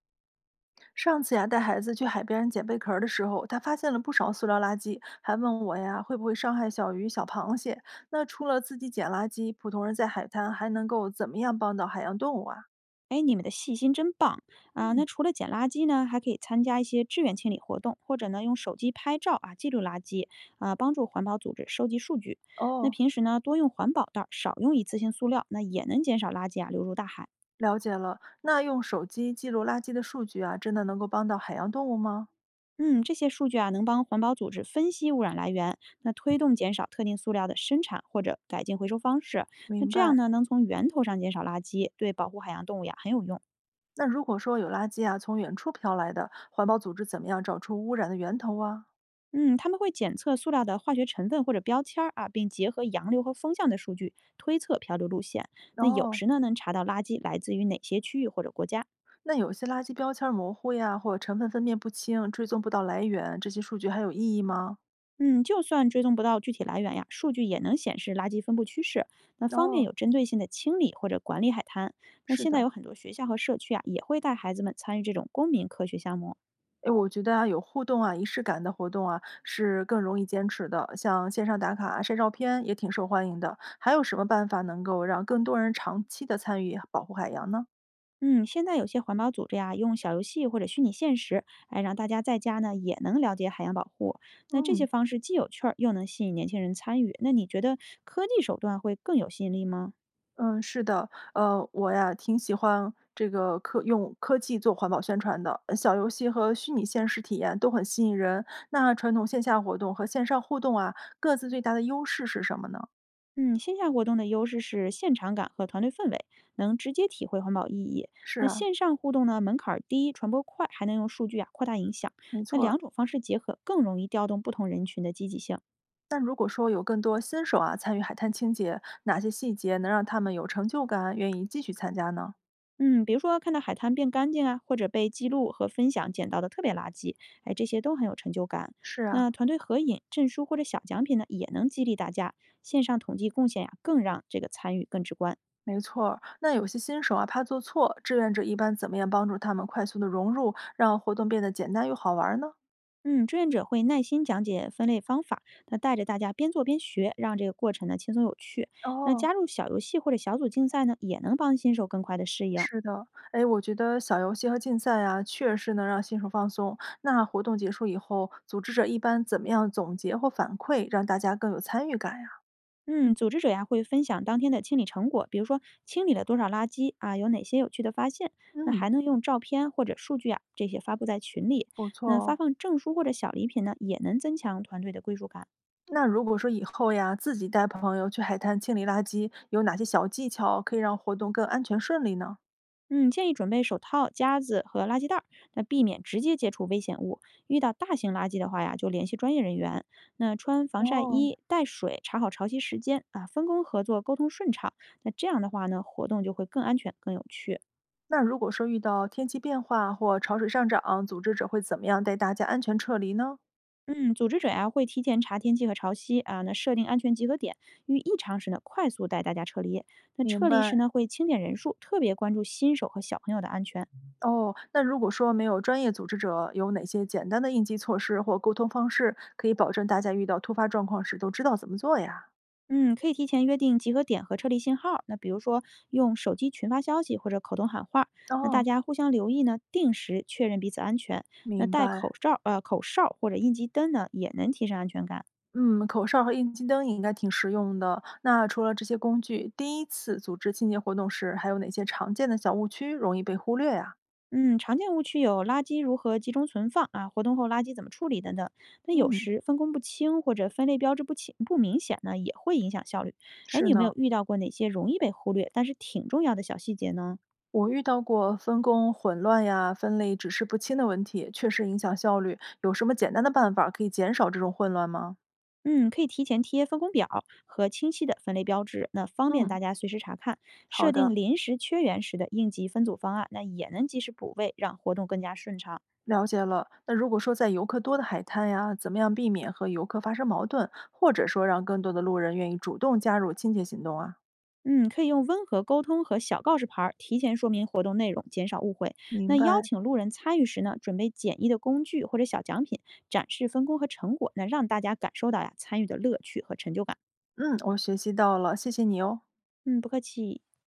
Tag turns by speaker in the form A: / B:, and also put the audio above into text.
A: 上次呀，带孩子去海边捡贝壳儿的时候，他发现了不少塑料垃圾，还问我呀会不会伤害小鱼、小螃蟹。那除了自己捡垃圾，普通人在海滩还能够怎么样帮到海洋动物啊？
B: 哎，你们的细心真棒啊！
A: 嗯，
B: 那除了捡垃圾呢，还可以参加一些志愿清理活动，或者呢用手机拍照啊记录垃圾啊，帮助环保组织收集数据。那
A: 哦，
B: 平时呢多用环保袋儿，少用一次性塑料，那也能减少垃圾啊流入大海。
A: 了解了。那用手机记录垃圾的数据啊，真的能够帮到海洋动物吗？
B: 嗯，这些数据啊能帮环保组织分析污染来源，那推动减少特定塑料的生产或者改进回收方式。那
A: 明
B: 这样
A: 白。
B: 呢能从源头上减少垃圾，对保护海洋动物呀很有用。
A: 那如果说有垃圾啊从远处飘来的，环保组织怎么样找出污染的源头啊？
B: 嗯，他们会检测塑料的化学成分或者标签儿啊，并结合洋流和风向的数据推测漂流路线。那有
A: 哦，
B: 时呢，能查到垃圾来自于哪些区域或者国家。
A: 那有些垃圾标签儿模糊呀，或者成分分辨不清，追踪不到来源，这些数据还有意义吗？
B: 嗯，就算追踪不到具体来源呀，数据也能显示垃圾分布趋势，那方便
A: 哦，
B: 有针对性的清理或者管理海滩。那
A: 是
B: 现在
A: 的，
B: 有很多学校和社区啊，也会带孩子们参与这种公民科学项目。
A: 哎，我觉得啊，有互动啊、仪式感的活动啊，是更容易坚持的。像线上打卡、晒照片也挺受欢迎的。还有什么办法能够让更多人长期的参与保护海洋呢？
B: 嗯，现在有些环保组织呀，用小游戏或者虚拟现实，哎，让大家在家呢也能了解海洋保护。那这些
A: 嗯，
B: 方式既有趣儿，又能吸引年轻人参与。那你觉得科技手段会更有吸引力吗？
A: 嗯，是的，我呀挺喜欢这个科用科技做环保宣传的，小游戏和虚拟现实体验都很吸引人。那传统线下活动和线上互动啊，各自最大的优势是什么呢？
B: 嗯，线下活动的优势是现场感和团队氛围，能直接体会环保意义。
A: 是
B: 那
A: 啊，
B: 线上互动呢，门槛儿低，传播快，还能用数据啊扩大影响。
A: 没
B: 那
A: 错儿。
B: 两种方式结合，更容易调动不同人群的积极性。
A: 那如果说有更多新手啊参与海滩清洁，哪些细节能让他们有成就感，愿意继续参加呢？
B: 嗯，比如说看到海滩变干净啊，或者被记录和分享捡到的特别垃圾，哎，这些都很有成就感。
A: 是啊，
B: 那团队合影、证书或者小奖品呢，也能激励大家。线上统计贡献呀、更让这个参与更直观。
A: 没错儿。那有些新手啊怕做错，志愿者一般怎么样帮助他们快速的融入，让活动变得简单又好玩儿呢？
B: 嗯，志愿者会耐心讲解分类方法，那带着大家边做边学，让这个过程呢轻松有趣。那
A: 哦，
B: 加入小游戏或者小组竞赛呢，也能帮新手更快的适应。
A: 是的，哎，我觉得小游戏和竞赛啊，确实能让新手放松。那活动结束以后，组织者一般怎么样总结或反馈，让大家更有参与感呀？
B: 嗯，组织者呀会分享当天的清理成果，比如说清理了多少垃圾啊，有哪些有趣的发现。那
A: 嗯，
B: 还能用照片或者数据啊，这些发布在群里。
A: 不错
B: 那发
A: 哦。
B: 放证书或者小礼品呢，也能增强团队的归属感。
A: 那如果说以后呀，自己带朋友去海滩清理垃圾，有哪些小技巧可以让活动更安全顺利呢？
B: 嗯，建议准备手套、夹子和垃圾袋儿，那避免直接接触危险物。遇到大型垃圾的话呀，就联系专业人员。那穿防晒
A: 哦，
B: 衣、带水，查好潮汐时间啊，分工合作，沟通顺畅。那这样的话呢，活动就会更安全、更有趣。
A: 那如果说遇到天气变化或潮水上涨，组织者会怎么样带大家安全撤离呢？
B: 嗯，组织者呀、会提前查天气和潮汐啊，那设定安全集合点，遇异常时呢快速带大家撤离。那
A: 明
B: 撤离时
A: 白。
B: 呢会清点人数，特别关注新手和小朋友的安全。
A: 哦，那如果说没有专业组织者，有哪些简单的应急措施或沟通方式，可以保证大家遇到突发状况时都知道怎么做呀？
B: 嗯，可以提前约定集合点和撤离信号。那比如说用手机群发消息或者口头喊话，那大
A: 哦，
B: 家互相留意呢，定时确认彼此安全。那
A: 明
B: 戴口
A: 白。
B: 罩、口哨或者应急灯呢，也能提升安全感。
A: 嗯，口哨和应急灯应该挺实用的。那除了这些工具，第一次组织清洁活动时，还有哪些常见的小误区容易被忽略呀？
B: 嗯，常见误区有垃圾如何集中存放啊，活动后垃圾怎么处理等等。那有
A: 嗯，
B: 时分工不清或者分类标志不清不明显呢，也会影响效率。哎，
A: 是
B: 你有没
A: 呢，
B: 有遇到过哪些容易被忽略但是挺重要的小细节呢？
A: 我遇到过分工混乱呀、分类指示不清的问题，确实影响效率。有什么简单的办法可以减少这种混乱吗？
B: 嗯，可以提前贴分工表和清晰的分类标志，那方便
A: 嗯，
B: 大家随时查看。
A: 好
B: 设
A: 的。
B: 定临时缺员时的应急分组方案，那也能及时补位，让活动更加顺畅。
A: 了解了。那如果说在游客多的海滩呀，怎么样避免和游客发生矛盾，或者说让更多的路人愿意主动加入清洁行动啊？
B: 嗯，可以用温和沟通和小告示牌儿提前说明活动内容，减少误会。
A: 明
B: 那邀
A: 白，
B: 请路人参与时呢，准备简易的工具或者小奖品，展示分工和成果，那让大家感受到呀参与的乐趣和成就感。
A: 嗯，我学习到了，谢谢你哦。
B: 嗯，不客气。